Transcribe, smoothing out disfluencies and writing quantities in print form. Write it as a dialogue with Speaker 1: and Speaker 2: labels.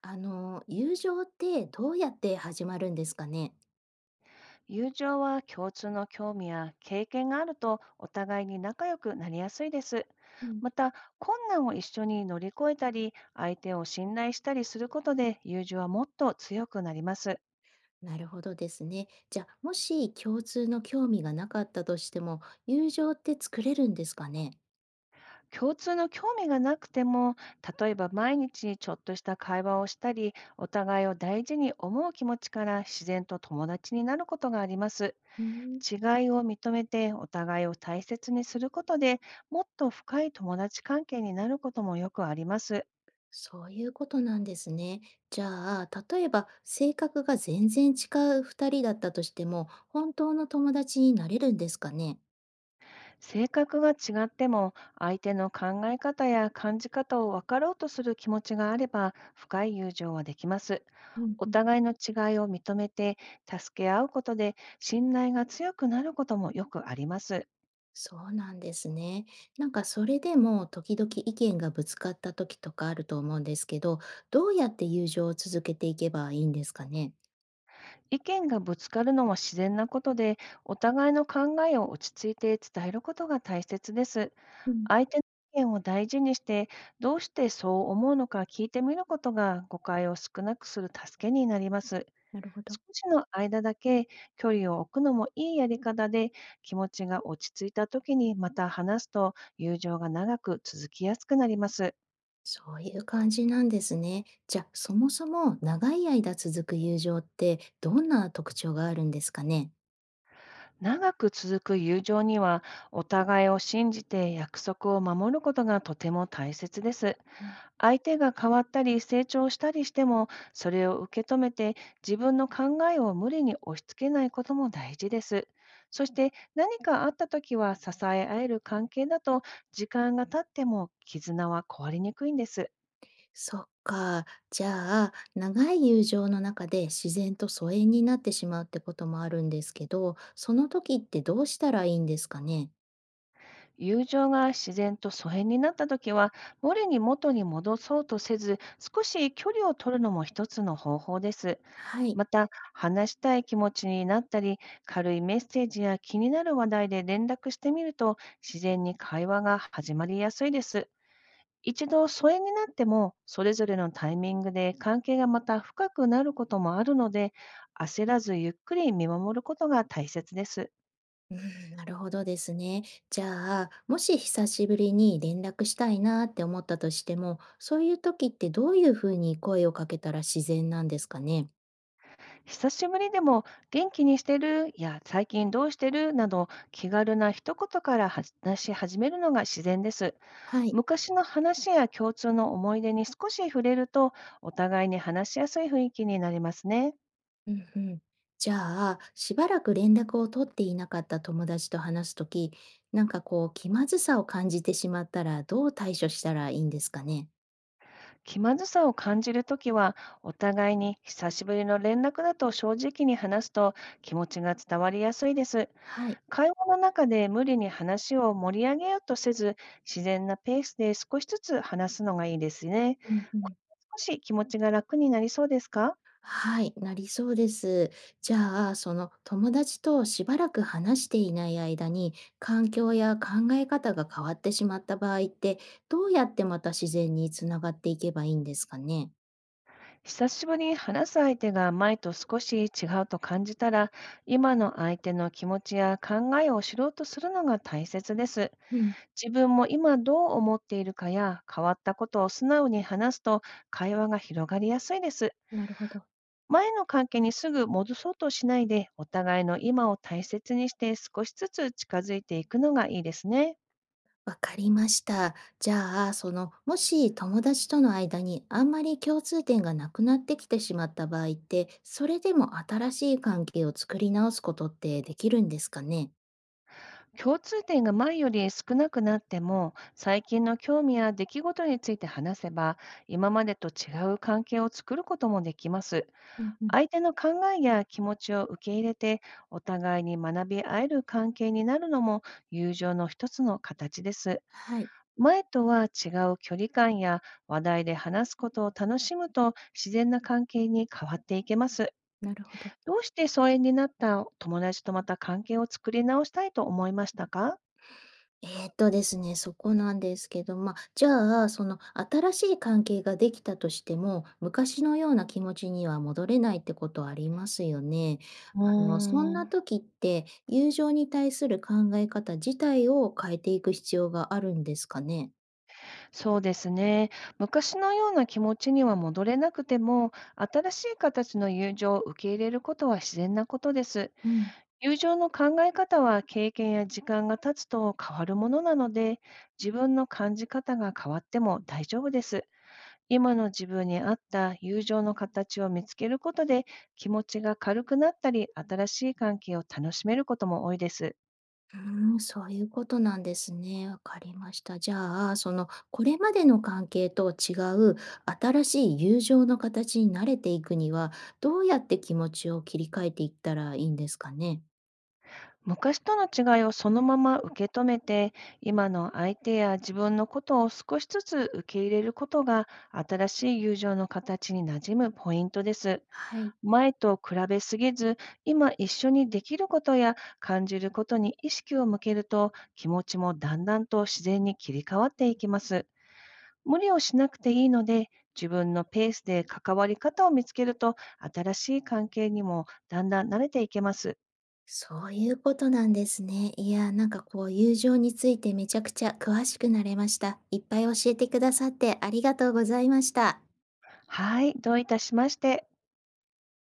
Speaker 1: 友情ってどうやって始まるんですかね？
Speaker 2: 友情は共通の興味や経験があるとお互いに仲良くなりやすいです。
Speaker 1: うん。
Speaker 2: また、困難を一緒に乗り越えたり、相手を信頼したりすることで友情はもっと強くなります。
Speaker 1: なるほどですね。じゃあ、もし共通の興味がなかったとしても、友情って作れるんですかね？
Speaker 2: 共通の興味がなくても、例えば毎日ちょっとした会話をしたり、お互いを大事に思う気持ちから自然と友達になることがあります。
Speaker 1: うん。
Speaker 2: 違いを認めてお互いを大切にすることでもっと深い友達関係になることもよくあります。
Speaker 1: そういうことなんですね。じゃあ、例えば性格が全然違う2人だったとしても、本当の友達になれるんですかね？
Speaker 2: 性格が違っても相手の考え方や感じ方を分かろうとする気持ちがあれば深い友情はできます。
Speaker 1: うん
Speaker 2: お
Speaker 1: うん。
Speaker 2: 互いの違いを認めて助け合うことで信頼が強くなることもよくあります。
Speaker 1: そうなんですね。なんかそれでも時々意見がぶつかった時とかあると思うんですけど、どうやって友情を続けていけばいいんですかね？
Speaker 2: 意見がぶつかるのも自然なことで、お互いの考えを落ち着いて伝えることが大切です。
Speaker 1: うん、
Speaker 2: 相手の意見を大事にして、どうしてそう思うのか聞いてみることが誤解を少なくする助けになります。
Speaker 1: なるほ
Speaker 2: 少
Speaker 1: ど。
Speaker 2: しの間だけ距離を置くのもいいやり方で、気持ちが落ち着いた時にまた話すと友情が長く続きやすくなります。
Speaker 1: そういう感じなんですね。じゃ、あ、そもそも長い間続く友情ってどんな特徴があるんですかね？
Speaker 2: 長く続く友情には、お互いを信じて約束を守ることがとても大切です。
Speaker 1: うん。
Speaker 2: 相手が変わったり成長したりしても、それを受け止めて自分の考えを無理に押し付けないことも大事です。そして、何かあった時は支え合える関係だと、時間が経っても絆は壊れにくいんです。
Speaker 1: そっか。じゃあ、長い友情の中で自然と疎遠になってしまうってこともあるんですけど、その時ってどうしたらいいんですかね？
Speaker 2: 友情が自然と疎遠になった時は、無理に元に戻そうとせず、少し距離を取るのも一つの方法です。
Speaker 1: はい。
Speaker 2: また、話したい気持ちになったり、軽いメッセージや気になる話題で連絡してみると、自然に会話が始まりやすいです。一度疎遠になっても、それぞれのタイミングで関係がまた深くなることもあるので、焦らずゆっくり見守ることが大切です。
Speaker 1: うん、なるほどですね。じゃあ、もし久しぶりに連絡したいなって思ったとしても、そういう時ってどういうふうに声をかけたら自然なんですかね。
Speaker 2: 久しぶりでも、元気にしてるや最近どうしてるなど、気軽な一言から話し始めるのが自然です。
Speaker 1: はい。
Speaker 2: 昔の話や共通の思い出に少し触れると、お互いに話しやすい雰囲気になりますね。
Speaker 1: うんうん。じゃあ、しばらく連絡を取っていなかった友達と話す時、なんかこう気まずさを感じてしまったらどう対処したらいいんですかね。
Speaker 2: 気まずさを感じるときは、お互いに久しぶりの連絡だと正直に話すと気持ちが伝わりやすいです。
Speaker 1: はい。
Speaker 2: 会話の中で無理に話を盛り上げようとせず、自然なペースで少しずつ話すのがいいですね。
Speaker 1: うんう
Speaker 2: こ
Speaker 1: ん。
Speaker 2: れで少し気持ちが楽になりそうですか？
Speaker 1: はい、なりそうです。じゃあ、その友達としばらく話していない間に、環境や考え方が変わってしまった場合って、どうやってまた自然につながっていけばいいんですかね。
Speaker 2: 久しぶりに話す相手が前と少し違うと感じたら、今の相手の気持ちや考えを知ろうとするのが大切です。
Speaker 1: うん、
Speaker 2: 自分も今どう思っているかや変わったことを素直に話すと、会話が広がりやすいです。
Speaker 1: なるほど。
Speaker 2: 前の関係にすぐ戻そうとしないで、お互いの今を大切にして少しずつ近づいていくのがいいですね。
Speaker 1: わかりました。じゃあ、その、もし友達との間にあんまり共通点がなくなってきてしまった場合って、それでも新しい関係を作り直すことってできるんですかね。
Speaker 2: 共通点が前より少なくなっても、最近の興味や出来事について話せば、今までと違う関係を作ることもできます。
Speaker 1: うんうん、
Speaker 2: 相手の考えや気持ちを受け入れて、お互いに学び合える関係になるのも友情の一つの形です。
Speaker 1: はい。
Speaker 2: 前とは違う距離感や話題で話すことを楽しむと、自然な関係に変わっていけます。
Speaker 1: なるほど。
Speaker 2: どうして疎遠になった友達とまた関係を作り直したいと思いましたか？
Speaker 1: ですね、そこなんですけど、まあ、じゃあ、その新しい関係ができたとしても、昔のような気持ちには戻れないってことありますよね。
Speaker 2: うー
Speaker 1: そんな
Speaker 2: ん、
Speaker 1: 時って、友情に対する考え方自体を変えていく必要があるんですかね？
Speaker 2: そうですね。昔のような気持ちには戻れなくても、新しい形の友情を受け入れることは自然なことです。
Speaker 1: うん。
Speaker 2: 友情の考え方は経験や時間が経つと変わるものなので、自分の感じ方が変わっても大丈夫です。今の自分に合った友情の形を見つけることで、気持ちが軽くなったり、新しい関係を楽しめることも多いです。
Speaker 1: うーん、そういうことなんですね。わかりました。じゃあ、その、これまでの関係と違う新しい友情の形に慣れていくには、どうやって気持ちを切り替えていったらいいんですかね？
Speaker 2: 昔との違いをそのまま受け止めて、今の相手や自分のことを少しずつ受け入れることが、新しい友情の形に馴染むポイントです。
Speaker 1: はい、
Speaker 2: 前と比べすぎず、今一緒にできることや感じることに意識を向けると、気持ちもだんだんと自然に切り替わっていきます。無理をしなくていいので、自分のペースで関わり方を見つけると、新しい関係にもだんだん慣れていけます。
Speaker 1: そういうことなんですね。いや、なんかこう、友情についてめちゃくちゃ詳しくなれました。いっぱい教えてくださってありがとうございました。
Speaker 2: はい、どういたしまして。